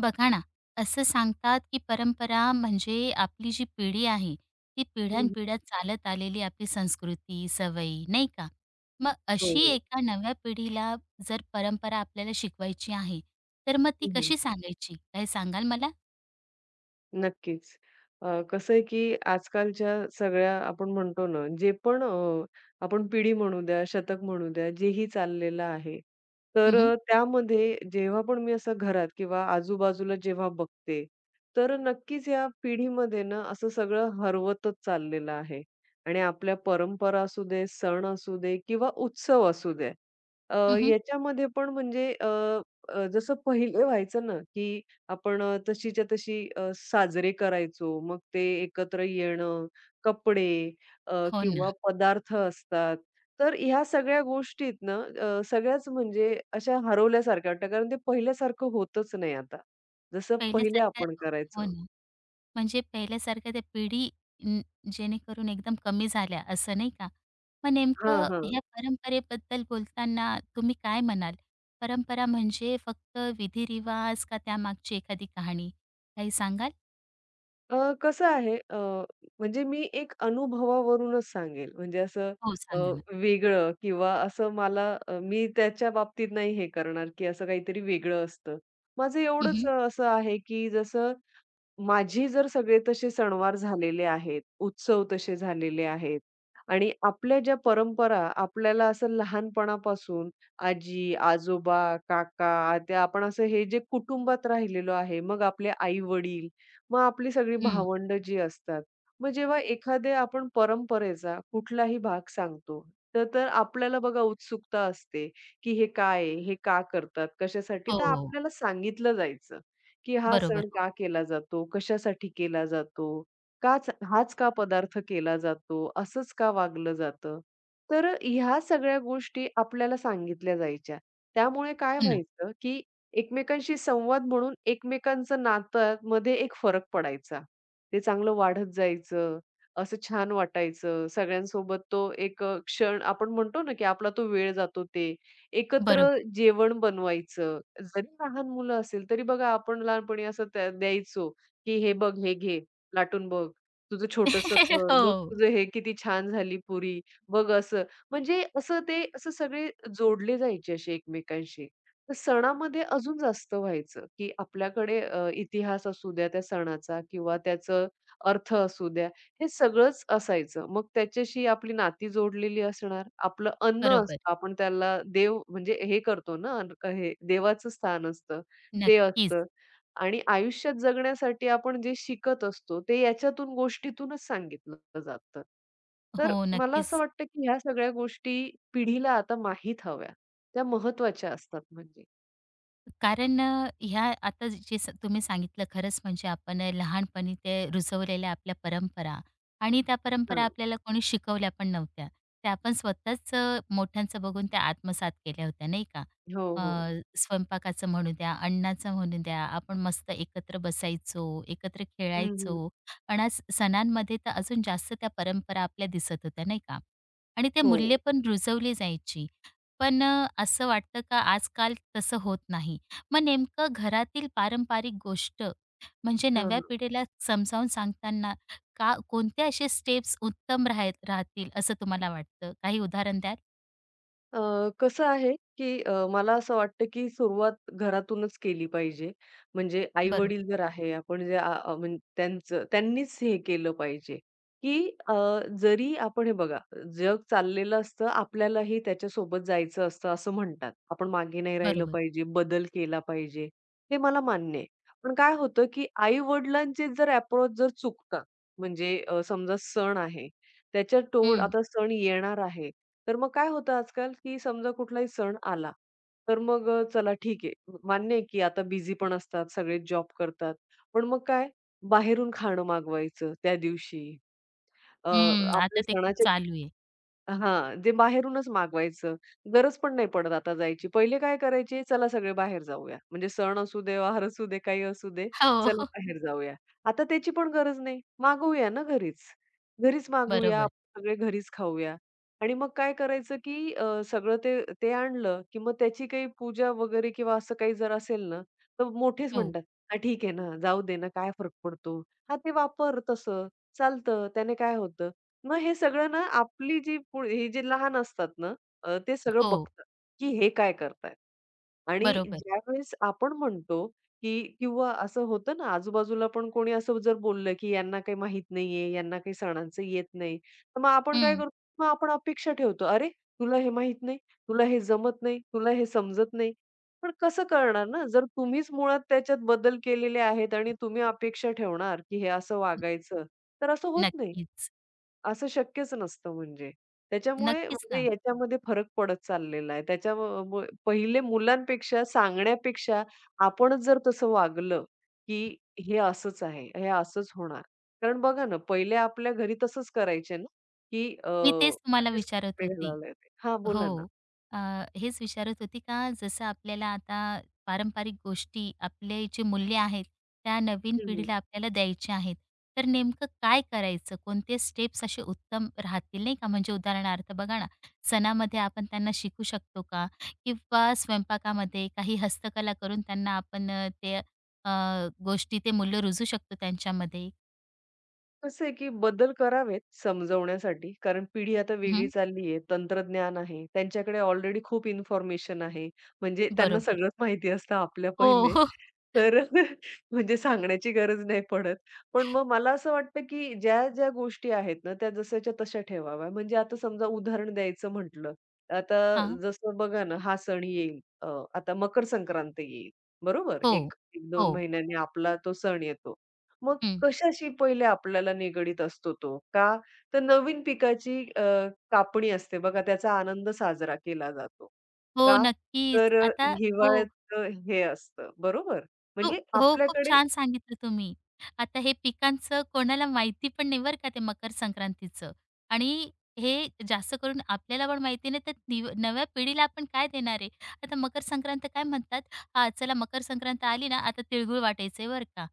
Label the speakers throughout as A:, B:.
A: बघा ना, असं सांगतात की परंपरा म्हणजे आपली जी पिढी आहे, ती
B: हं, हं.
A: पिढ्यानपिढ्या चालत आलेली आपली संस्कृती, सवयी, नाही का? मग
B: हो,
A: अशी
B: हो.
A: एका नव्या पिढीला जर परंपरा आपल्याला शिकवायची आहे, तर मग ती
B: हं, हं.
A: कशी सांगायची? काय सांगाल मला?
B: नक्कीच. कसं आहे, की आजकालच्या सगळ्या आपण म्हणतो ना, जे पण आपण पिढी म्हणू द्या, शतक म्हणू द्या, जेही चाललेलं आहे.
A: हं,
B: तर
A: हं.
B: त्यामध्ये जेव्हा पण मी असं घरात किंवा आजूबाजूला जेव्हा बघते, तर नक्कीच या पिढीमध्ये ना, असं सगळं हरवतच चाललेलं आहे. आणि आपल्या परंपरा असू दे, सण असू दे किंवा उत्सव असू दे, याच्यामध्ये पण म्हणजे अ, अ, जसं पहिले व्हायचं ना, की आपण तशीच्या तशी साजरे करायचो. मग ते एकत्र येणं, कपडे
A: हो
B: किंवा
A: ना.
B: पदार्थ असतात. तर ह्या सगळ्या गोष्टीत ना सगळ्याच म्हणजे अशा हरवल्यासारख्या वाटतात. कारण ते पहिल्यासारखं होतच नाही आता. जसं पहिले
A: पहिल्यासारखं
B: आपण
A: हो
B: करायचो.
A: ना. म्हणजे पहिल्यासारख्या त्या पिढी न जेणेकरून एकदम कमी झाल्या असं नाही का? मग नेमकं
B: हां, हां.
A: ह्या परंपरेबद्दल बोलताना तुम्ही काय म्हणाल? परंपरा म्हणजे फक्त विधी-रिवाज का त्यामागची एखादी कहाणी? काही सांगाल?
B: कसं आहे म्हणजे मी एक अनुभवावरूनच सांगेल. म्हणजे असं
A: हो,
B: अ,
A: सांगा ना.
B: वेगळं किंवा असं मला मी त्याच्या बाबतीत नाही हे करणार, की असं काहीतरी वेगळं असतं. माझं
A: हं,
B: एवढंच
A: हं.
B: असं आहे, की जसं माझी जर सगळे तसे सणवार झालेले आहेत, उत्सव तसे झालेले आहेत आणि आपल्या ज्या परंपरा आपल्याला असं लहानपणापासून आजी, आजोबा, काका, आत्या आपण असं हे जे कुटुंबात राहिलेलो आहे. मग आपले आई-वडील, मग आपली सगळी भावंड जी असतात. मग जेव्हा एखाद्या आपण परंपरेचा कुठलाही भाग सांगतो, तर तर आपल्याला बघा उत्सुकता असते, की हे काय आहे? हे का करतात? कशासाठी? तर
A: हो.
B: आपल्याला सांगितलं जायचं. की हा
A: बरोबर.
B: सण
A: हो.
B: का केला जातो? कशासाठी केला जातो? काच हाच का पदार्थ केला जातो? असंच का वागलं जातं? तर ह्या सगळ्या गोष्टी आपल्याला सांगितल्या जायच्या. त्यामुळे काय
A: हो ना.
B: व्हायचं, की एकमेकांशी संवाद म्हणून एकमेकांचं नात्यामध्ये एक फरक पडायचा. ते चांगलं वाढत जायचं. असं छान वाटायचं. सगळ्यांसोबत तो एक क्षण आपण म्हणतो ना, की आपला तो वेळ जातो ते. एकत्र
A: बरोबर.
B: जेवण बनवायचं. जरी लहान मुलं असेल, तरी बघा आपण लहानपणी असं त्या द्यायचो, की "हे बघ, हे घे, लाटून बघ, तुझं छोटंसं कर, बघ
A: हो.
B: तुझं हे किती छान झाली पुरी, बघ असं." म्हणजे असं ते असं सगळे जोडले जायचे असे एकमेकांशी. तर सणामध्ये अजून जास्त व्हायचं, की आपल्याकडे इतिहास असू द्या त्या सणाचा किंवा त्याचं अर्थ असू द्या. हे सगळंच असायचं. मग त्याच्याशी आपली नाती जोडलेली असणार. आपलं अन्न
A: बरोबर.
B: असतं. आपण त्याला देव म्हणजे हे करतो ना, अन्न हे देवाचं स्थान असतं, ते
A: नक्कीच.
B: असतं. आणि आयुष्यात जगण्यासाठी आपण जे शिकत असतो, ते याच्यातून गोष्टीतूनच सांगितलं जातं. तर
A: हो,
B: मला असं
A: नक्कीच.
B: वाटतं, की ह्या सगळ्या गोष्टी पिढीला आता माहीत हव्या. त्या महत्त्वाच्या असतात म्हणजे.
A: कारण ह्या आता जे स तुम्ही सांगितलं खरंच म्हणजे आपण लहानपणी ते रुजवलेल्या आपल्या परंपरा आणि त्या परंपरा
B: हां.
A: आपल्याला कोणी शिकवल्या पण नव्हत्या. त्या आपण स्वतःच मोठ्यांचं बघून त्या आत्मसात केल्या होत्या नाही का?
B: हो,
A: अ,
B: हो.
A: स्वयंपाकाचं म्हणू द्या, अण्णाचं म्हणू द्या, आपण मस्त एकत्र बसायचो, एकत्र
B: हं, हं.
A: खेळायचो आणि सणांमध्ये तर अजून जास्त त्या परंपरा आपल्या दिसत होत्या नाही का? आणि ते
B: हो.
A: मूल्य पण रुजवली जायची. पण असं वाटतं का आजकाल तसं होत नाही? मग नेमकं घरातील पारंपरिक गोष्ट म्हणजे नव्या
B: हां,
A: पिढीला समजावून सांगताना का कोणते असे स्टेप्स उत्तम राहतील असं तुम्हाला वाटतं? काही उदाहरण द्याल?
B: कसं आहे, की मला असं वाटतं, की सुरुवात घरातूनच केली पाहिजे. म्हणजे
A: बरोबर,
B: आई-वडील जर आहे, आपण जे म्हणजे त्यांचं त्यांनीच हे केलं पाहिजे, की अ, जरी आपण हे बघा, जग चाललेलं असतं, आपल्यालाही त्याच्यासोबत जायचं असतं, असं म्हणतात. आपण मागे नाही राहिलं
A: बरोबर.
B: पाहिजे, बदल केला पाहिजे, हे मला मान्य आहे. पण काय होतं, की आई-वडिलांचे जर अप्रोच जर चुकतात, म्हणजे समजा सण आहे, त्याच्या तोड
A: हं,
B: आता सण येणार आहे, तर मग काय होतं आजकाल, की समजा कुठलाही सण आला, तर मग चला ठीक आहे. मान्य आहे, की आता बिझी पण असतात, सगळे जॉब करतात. पण मग काय बाहेरून खाणं मागवायचं त्या दिवशी.
A: हं.
B: आपल्या
A: आता ते खूप
B: सणाच्या
A: चालू आहे.
B: हां, जे बाहेरूनच मागवायचं. गरज पण नाही पडत आता जायची. पहिले काय करायचे, चला सगळे बाहेर जाऊया. म्हणजे सण असू दे, वार असू दे, काही असू दे,
A: हो,
B: चला
A: हो.
B: बाहेर जाऊया. आता त्याची पण गरज नाही. मागवूया ना घरीच. घरीच मागवूया,
A: बरोबर.
B: आपण सगळे घरीच खाऊया. आणि मग काय करायचं, की सगळं ते ते आणलं, की मग त्याची काही पूजा वगैरे किंवा असं काही जर असेल ना, तर मोठेच
A: हो,
B: म्हणतात, "हां, ठीक आहे ना, जाऊ दे ना, काय फरक पडतो." हां, ते वापर तसं. चालतं, त्याने काय होतं. मग हे सगळं ना, आपली जी ही जी लहान असतात ना, ते सगळं
A: हो.
B: बघतात, की हे काय करतायत? आणि
A: बरोबर.
B: ज्यावेळेस आपण म्हणतो, की किंवा असं होतं ना, आजूबाजूला पण कोणी असं जर बोललं, की यांना काही माहीत नाहीये, यांना काही सणांचं येत नाही. तर मग आपण काय
A: हं.
B: करतो? मग आपण अपेक्षा ठेवतो, "अरे, तुला हे माहीत नाही, तुला हे जमत नाही, तुला हे समजत नाही." पण कसं कळणार ना, जर तुम्हीच मुळात त्याच्यात बदल केलेले आहेत आणि तुम्ही अपेक्षा ठेवणार, की हे असं वागायचं, तर असं होत नाही.
A: नक्कीच.
B: असं शक्यच नसतं म्हणजे. त्याच्यामुळे
A: नक्कीच
B: म्हणजे
A: ना.
B: याच्यामध्ये फरक पडत चाललेला आहे. त्याच्यामुळे पहिले मुलांपेक्षा सांगण्यापेक्षा आपणच जर तसं वागलं, की हे असंच आहे, हे असंच होणार. कारण बघा ना, पहिले आपल्या घरी तसंच करायचे ना, की
A: मी तेच तुम्हाला
B: असेच
A: विचारत
B: कपडे
A: होती.
B: घालायला येते. हां,
A: हो.
B: बोला ना.
A: अ, हेच विचारत होती का जसं आपल्याला आता पारंपरिक गोष्टी, आपले जे मूल्य आहेत, त्या नवीन
B: हं,
A: पिढीला आपल्याला द्यायच्या आहेत. तर नेमकं काय करायचं? कोणते स्टेप्स असे उत्तम राहतील नाही का? म्हणजे उदाहरणार्थ बघा ना, सणामध्ये आपण त्यांना शिकू शकतो का? किंवा स्वयंपाकामध्ये काही हस्तकला करून त्यांना आपण ते अ, गोष्टी, ते मूल्य रुजू शकतो त्यांच्यामध्ये.
B: कसं आहे, की बदल करावेत समजवण्यासाठी, कारण पिढी आता वेगळी
A: हं,
B: चालली आहे. तंत्रज्ञान आहे. त्यांच्याकडे ऑलरेडी खूप इन्फॉर्मेशन आहे. म्हणजे त्यांना
A: बरोबर.
B: सगळंच माहिती असतं आपल्या
A: हो,
B: पहिले.
A: हो.
B: तर म्हणजे सांगण्याची गरज नाही पडत. पण मग मला असं वाटतं, की ज्या-ज्या गोष्टी आहेत ना, त्या जशाच्या तशा ठेवाव्या. म्हणजे आता समजा उदाहरण द्यायचं म्हटलं, आता
A: हां.
B: जसं बघा ना, हा सण येईल. आता मकर संक्रांत येईल. बरोबर?
A: हो.
B: 1 1-2
A: हो.
B: महिन्यांनी आपला तो सण येतो. मग
A: हं.
B: कशाशी पहिले आपल्याला निगडीत असतो तो? का? तर नवीन पिकाची कापणी असते बघा, त्याचा आनंद साजरा केला जातो.
A: हो,
B: का?
A: नक्कीच.
B: तर
A: आता हो,
B: हिवाळ्यात हे असतं बरोबर?
A: हो,
B: म्हणजे
A: हो, खूप
B: आपल्याकडे
A: छान सांगितलं तुम्ही. आता हे पिकांचं कोणाला माहिती पण नाही बरं का ते मकर संक्रांतीचं आणि हे जास्त करून आपल्याला पण माहिती नाही, तर निव नव्या पिढीला आपण काय देणार आहे? आता मकर संक्रांत काय म्हणतात? हां, चला मकर संक्रांत आली ना, आता तिळगुळ वाटायचंय बरं का.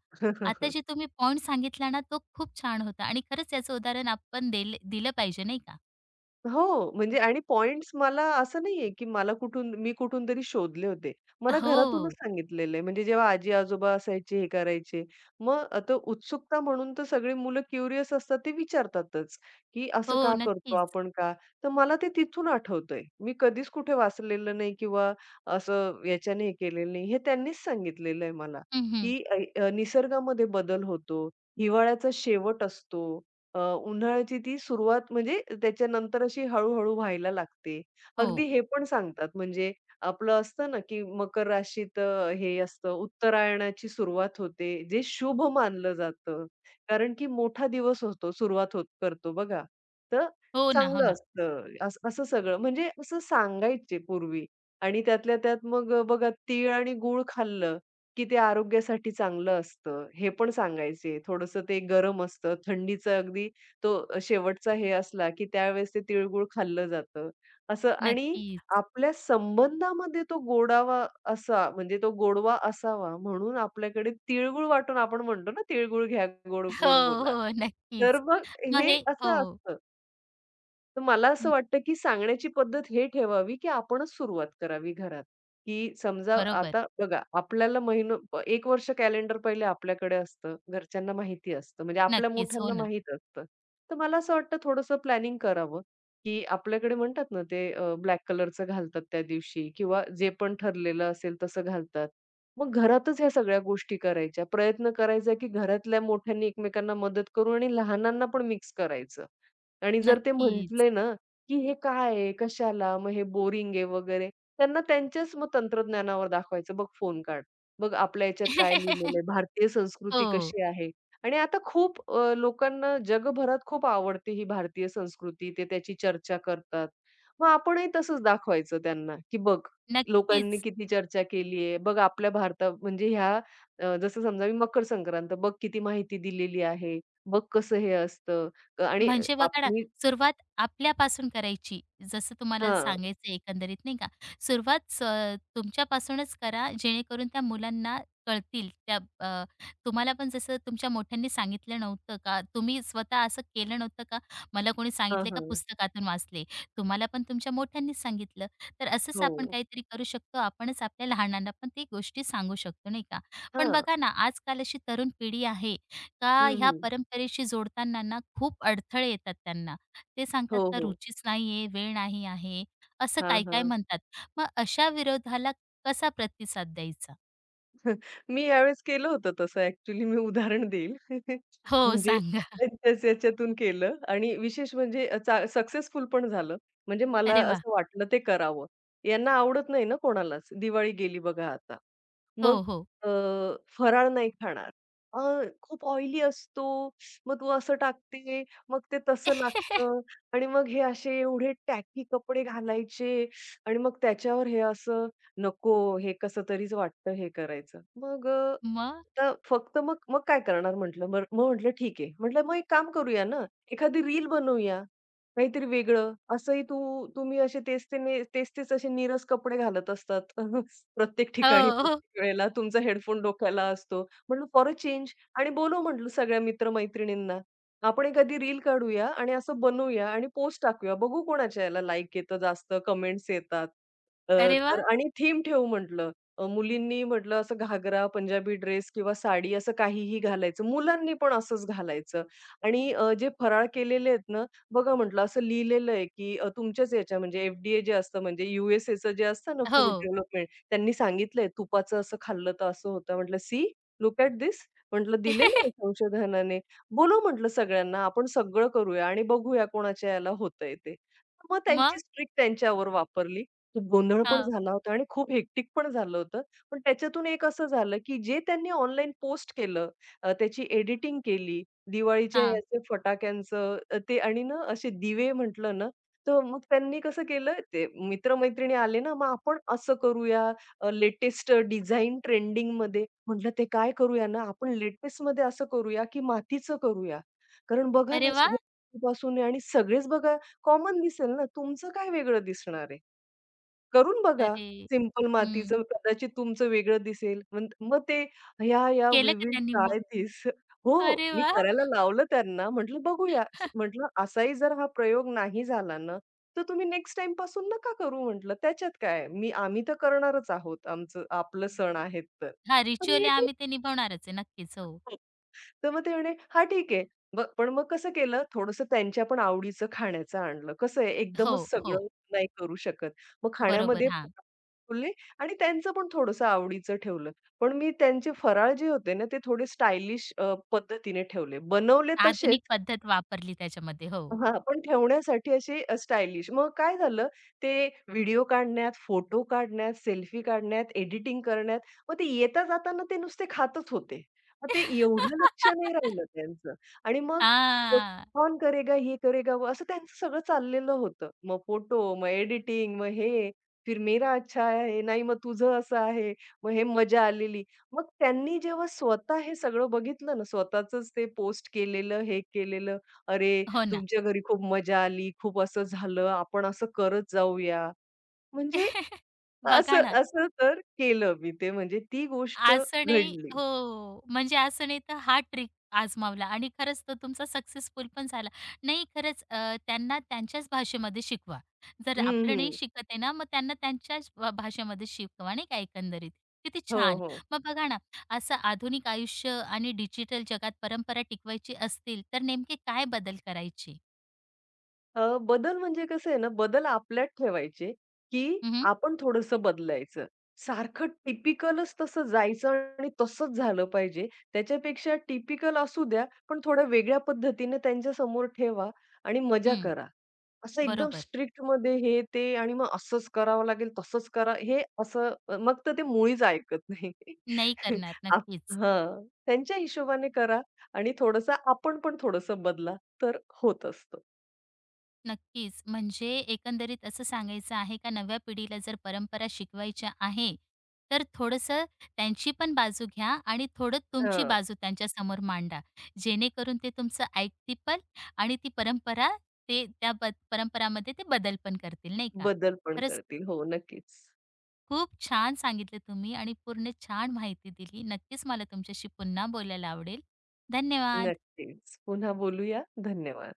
A: आता जे तुम्ही पॉइंट सांगितला ना, तो खूप छान होता आणि खरंच याचं उदाहरण आपण देल दिलं पाहिजे नाही का?
B: हो, म्हणजे आणि पॉइंट्स मला असं नाहीये, की मला कुठून मी कुठून तरी शोधले होते. मला घरातूनच
A: हो,
B: सांगितलेलं आहे. म्हणजे जेव्हा आजी-आजोबा असायचे, हे करायचे. मग आता उत्सुकता म्हणून तर सगळी मुलं क्युरियस असतात, ते विचारतातच, की असं
A: हो,
B: का करतो
A: नक्कीच.
B: आपण का? तर मला ते तिथून आठवतंय. मी कधीच कुठे वाचलेलं नाही किंवा असं याच्याने हे केलेलं नाही. हे त्यांनीच सांगितलेलं आहे मला,
A: हं, हं.
B: की अ, अ, निसर्गामध्ये बदल होतो, हिवाळ्याचा शेवट असतो. उन्हाळ्याची ती सुरुवात म्हणजे त्याच्यानंतर अशी हळू-हळू व्हायला लागते.
A: हो.
B: अगदी हे पण सांगतात म्हणजे आपलं असतं ना, की मकर राशीत हे असतं उत्तरायणाची सुरुवात होते, जे शुभ मानलं जातं. कारण की मोठा दिवस होतो, सुरुवात होत करतो बघा. तर
A: हो ना, हो
B: चांगलं
A: ना.
B: असतं. असं सगळं म्हणजे असं सांगायचे पूर्वी आणि त्यातल्या त्यात मग बघा तीळ आणि गूळ खाल्लं की ते आरोग्यासाठी चांगलं असतं, हे पण सांगायचे. थोडंसं ते गरम असतं, थंडीचं अगदी तो शेवटचा हे असला, की त्यावेळेस ते तिळगूळ खाल्लं जातं, असं. आणि
A: नक्कीच.
B: आपल्या संबंधामध्ये तो गोडवा असावा म्हणून आपल्याकडे तिळगूळ वाटून आपण म्हणतो ना, "तिळगूळ घ्या,
A: हो,
B: गोड-गोड बोला."
A: हो.
B: तर
A: नक्कीच.
B: मग
A: मग
B: हे
A: हे हो.
B: असं असतं. तर मला असं
A: हं,
B: वाटतं, की सांगण्याची पद्धत हे ठेवावी, की आपणच सुरुवात करावी घरात, की समजा
A: बरोबर.
B: आता बघा आपल्याला एक वर्ष कॅलेंडर पहिले आपल्याकडे असतं. घरच्यांना माहिती असतं. म्हणजे आपल्या
A: नक्कीच. हो
B: मोठ्यांना
A: ना.
B: माहीत असतं. तर मला असं वाटतं थोडंसं प्लॅनिंग करावं, की आपल्याकडे म्हणतात ना ते ब्लॅक कलरचं घालतात त्या दिवशी किंवा जे पण ठरलेलं असेल तसं घालतात. मग घरातच ह्या सगळ्या गोष्टी करायच्या. प्रयत्न करायचा, की घरातल्या मोठ्यांनी एकमेकांना मदत करू आणि लहानांना पण मिक्स करायचं. आणि जर ते
A: नक्कीच.
B: म्हटले ना, की "हे काय आहे? कशाला? मग हे बोरिंग आहे" वगैरे. त्यांना त्यांच्याच मग तंत्रज्ञानावर दाखवायचं. "बघ फोन काढ. बघ आपल्या ह्याच्यात काय लिहिलेलं आहे. भारतीय संस्कृती
A: हो.
B: कशी आहे?" आणि आता खूप लोकांना जगभरात खूप आवडते ही भारतीय संस्कृती. ते त्याची चर्चा करतात. मग आपणही तसंच दाखवायचं त्यांना, की "बघ, लोकांनी
A: नक्कीच.
B: किती चर्चा केली आहे. बघ आपल्या म्हणजे ह्या जसं समजा मी मकर संक्रांत बघ किती माहिती दिलेली आहे. बघ कसं हे असतं." आणि
A: म्हणजे बघा ना,
B: मी
A: सुरुवात आपल्यापासून करायची. जसं तुम्हाला
B: हां.
A: सांगायचं एकंदरीत नाही का. सुरुवात स तुमच्यापासूनच करा, जेणेकरून त्या मुलांना कळतील. त्या अ, तुम्हाला पण जसं तुमच्या मोठ्यांनी सांगितलं नव्हतं का? तुम्ही स्वतः असं केलं नव्हतं का? मला कोणी
B: हां,
A: सांगितले का
B: हां.
A: पुस्तकातून वाचले. तुम्हाला पण तुमच्या मोठ्यांनीच सांगितलं. तर असंच आपण
B: हो.
A: काहीतरी करू शकतो. आपणच आपल्या लहानांना पण ती गोष्टी सांगू शकतो, नाही का. पण
B: हां.
A: बघा ना, आजकाल अशी तरुण पिढी आहे का
B: हं,
A: ह्या
B: हं.
A: परंपरेशी जोडताना ना खूप अडथळे येतात त्यांना. ते
B: हो,
A: सांगतात का
B: हो.
A: रुचीच नाहीये, वेळ नाही आहे, असं
B: हां,
A: काय-काय
B: हां.
A: म्हणतात. मग अशा विरोधाला कसा प्रतिसाद द्यायचा?
B: मी यावेळेस केलं होतं तसं ॲक्चुअली मी उदाहरण देईल.
A: हो,
B: म्हणजे
A: सांगा.
B: त्यांच्याच याच्यातून केलं आणि विशेष म्हणजे अ, चा सक्सेसफुल पण झालं. म्हणजे मला
A: अरे वा!
B: असं वाटलं ते करावं. यांना आवडत नाही ना कोणालाच. दिवाळी गेली बघा आता. मग
A: हो, हो.
B: अ, फराळ नाही खाणार. अ, खूप ऑइली असतो. मग तू असं टाकते, मग ते तसं लागतं आणि मग हे असे एवढे टॅकी कपडे घालायचे आणि मग त्याच्यावर हे असं नको, हे कसं तरीच वाटतं हे करायचं.
A: मग?
B: तर फक्त मग मग काय करणार म्हटलं. बरं मग म्हटलं ठीक आहे. म्हटलं मग एक काम करूया ना, एखादी रील बनवूया, काहीतरी वेगळं. असंही तुम्ही असे तेच ते ने तेच-तेच असे नीरस कपडे घालत असतात. प्रत्येक
A: हो,
B: ठिकाणी,
A: हो.
B: प्रत्येक वेळेला तुमचा हेडफोन डोक्याला असतो. म्हटलं फॉर अ चेंज आणि बोलवू म्हटलं सगळ्या मित्र आपण एखादी रील काढूया आणि असं बनवूया आणि पोस्ट टाकूया. बघू कोणाच्या याला लाईक येतं जास्त, कमेंट्स येतात. अ,
A: अरे
B: तर
A: वाह!
B: आणि थीम ठेवू म्हटलं. मुलींनी म्हटलं असं घागरा, पंजाबी ड्रेस किंवा साडी असं काहीही घालायचं. मुलांनी पण असंच घालायचं. आणि जे फराळ केलेले आहेत ना, बघा म्हटलं असं लिहिलेलं आहे, की तुमच्याच याच्या म्हणजे एफ जे असतं म्हणजे यू जे असतं ना फूड
A: हो.
B: डेव्हलपमेंट, त्यांनी सांगितलंय तुपाचं असं खाल्लं तर असं होतं. म्हटलं, "सी लूक ॲट धिस." म्हटलं, "दिलेलं आहे संशोधनाने." बोलू म्हटलं सगळ्यांना, आपण सगळं करूया आणि बघूया कोणाच्या याला होतंय ते. मग
A: मग?
B: त्यांचीच ट्रिक त्यांच्यावर वापरली. खूप गोंधळ पण
A: हां,
B: झाला होता आणि खूप हेक्टिक पण झालं होतं. पण त्याच्यातून एक असं झालं, की जे त्यांनी ऑनलाईन पोस्ट केलं, त्याची एडिटिंग केली, दिवाळीच्या
A: हां.
B: याचे फटाक्यांचं ते आणि ना असे दिवे म्हटलं ना, तर मग त्यांनी कसं केलं, ते मित्र आले ना, मग आपण असं करूया, लेटेस्ट ट्रेंडिंगमध्ये. म्हटलं ते काय करूया ना, आपण लेटेस्टमध्ये असं करूया, की मातीचं करूया. कारण बघा
A: अरे
B: ना, सगळं
A: वाह!
B: मातीपासून आहे आणि सगळेच बघा कॉमन दिसेल ना, तुमचं काय वेगळं दिसणार आहे? करून बघा.
A: अरे
B: सिंपल
A: हं.
B: मातीचं कदाचित तुमचं वेगळं दिसेल. मग मग ते
A: केलं का
B: विविध
A: त्यांनी मग?
B: काय दिस हो,
A: अरे
B: मी
A: वाह! हां,
B: करायला लावलं त्यांना. म्हटलं बघूया. म्हटलं असाही जर हा प्रयोग नाही झाला ना, तर तुम्ही नेक्स्ट टाईमपासून नका करू म्हटलं. त्याच्यात काय आहे? आम्ही तर करणारच आहोत. आमचं आपलं सण आहेत तर. तर
A: रिच्युअली
B: हे ठीक
A: आम्ही ते निभावणारच आहे. नक्कीच. हो.
B: तर मग ते म्हणे, "हां, ठीक आहे." मग पण मग कसं केलं, थोडंसं त्यांच्या पण आवडीचं खाण्याचं आणलं. कसं आहे,
A: हो,
B: एकदमच
A: हो.
B: सगळं नाही करू शकत. मग
A: बरोबर.
B: खाण्यामध्ये
A: हा!
B: बोलले आणि त्यांचं पण थोडंसं आवडीचं ठेवलं. पण मी त्यांचे फराळ जे होते ना, ते थोडे स्टायलिश पद्धतीने ठेवले. बनवले तसेच,
A: आधुनिक पद्धत वापरली त्याच्यामध्ये. हो.
B: हां, पण ठेवण्यासाठी अशी स्टायलिश. मग काय झालं, ते व्हिडिओ काढण्यात, फोटो काढण्यात, सेल्फी काढण्यात, एडिटिंग करण्यात, मग ते येता जाताना ते नुसते खातच होते. मग ते एवढं लक्ष नाही राहिलं त्यांचं आणि मग अ,
A: हां.
B: कौन करेगा ये करेगा वो असं त्यांचं सगळं चाललेलं होतं. मग फोटो, मग एडिटिंग, मग हे, फिर मेरा अच्छा है, नाही मग तुझं असं आहे, मग हे मजा आलेली. मग त्यांनी जेव्हा स्वतः हे सगळं बघितलं ना, स्वतःचंच ते पोस्ट केलेलं, हे केलेलं, अरे
A: हो ना.
B: तुमच्या घरी खूप मजा आली, खूप असं झालं, आपण असं करत जाऊया. म्हणजे
A: बघा
B: असं
A: ना,
B: असं तर केलं मी ते म्हणजे ती गोष्ट
A: आसने
B: घडली.
A: हो, म्हणजे आसने तर हा ट्रिक आजमावला आणि खरंच तो तुमचा सक्सेसफुल पण झाला. नाही खरंच त्यांना त्यांच्याच भाषेमध्ये शिकवा. जर
B: हं,
A: आपलं नाही
B: हं.
A: शिकत आहे ना, मग त्यांना त्यांच्याच भाषेमध्ये शिकवा नाही का एकंदरीत. किती
B: हो,
A: छान.
B: हो.
A: मग बघा ना, असं आधुनिक आयुष्य आणि डिजिटल जगात परंपरा टिकवायची असतील, तर नेमके काय बदल करायचे?
B: बदल म्हणजे कसं आहे ना, बदल आपल्यात ठेवायचे, की
A: हं,
B: आपण थोडंसं बदलायचं. सारखं टिपिकलच तसं जायचं आणि तसंच झालं पाहिजे. त्याच्यापेक्षा टिपिकल असू द्या, पण थोड्या वेगळ्या पद्धतीने त्यांच्यासमोर ठेवा आणि मजा
A: हं.
B: करा. असं एकदम स्ट्रिक्ट
A: बरोबर.
B: स्ट्रिक्टमध्ये हे, ते आणि मग असंच करावं लागेल, तसंच करा हे असं मग तर ते मुळीच ऐकत नाही.
A: नाही करणार.
B: आप
A: नक्कीच.
B: हां, त्यांच्या हिशोबाने करा आणि थोडंसं आपण पण थोडंसं बदला, तर होत असतं.
A: नक्कीच. म्हणजे एकंदरीत असं सांगायचं आहे का नव्या पिढीला जर परंपरा शिकवायच्या आहे, तर थोडंसं त्यांची पण बाजू घ्या आणि थोडं तुमची
B: हां,
A: बाजू त्यांच्यासमोर मांडा. जेणेकरून ते तुमचं ऐकतील पण आणि ती परंपरा ते त्या ब परंपरामध्ये ते बदल पण करतील, नाही का?
B: बदल पण
A: खरंच
B: करतील. हो, नक्कीच.
A: खूप छान सांगितलं तुम्ही आणि पूर्ण छान माहिती दिली. नक्कीच मला तुमच्याशी पुन्हा बोलायला आवडेल. धन्यवाद.
B: नक्कीच. पुन्हा बोलूया. धन्यवाद.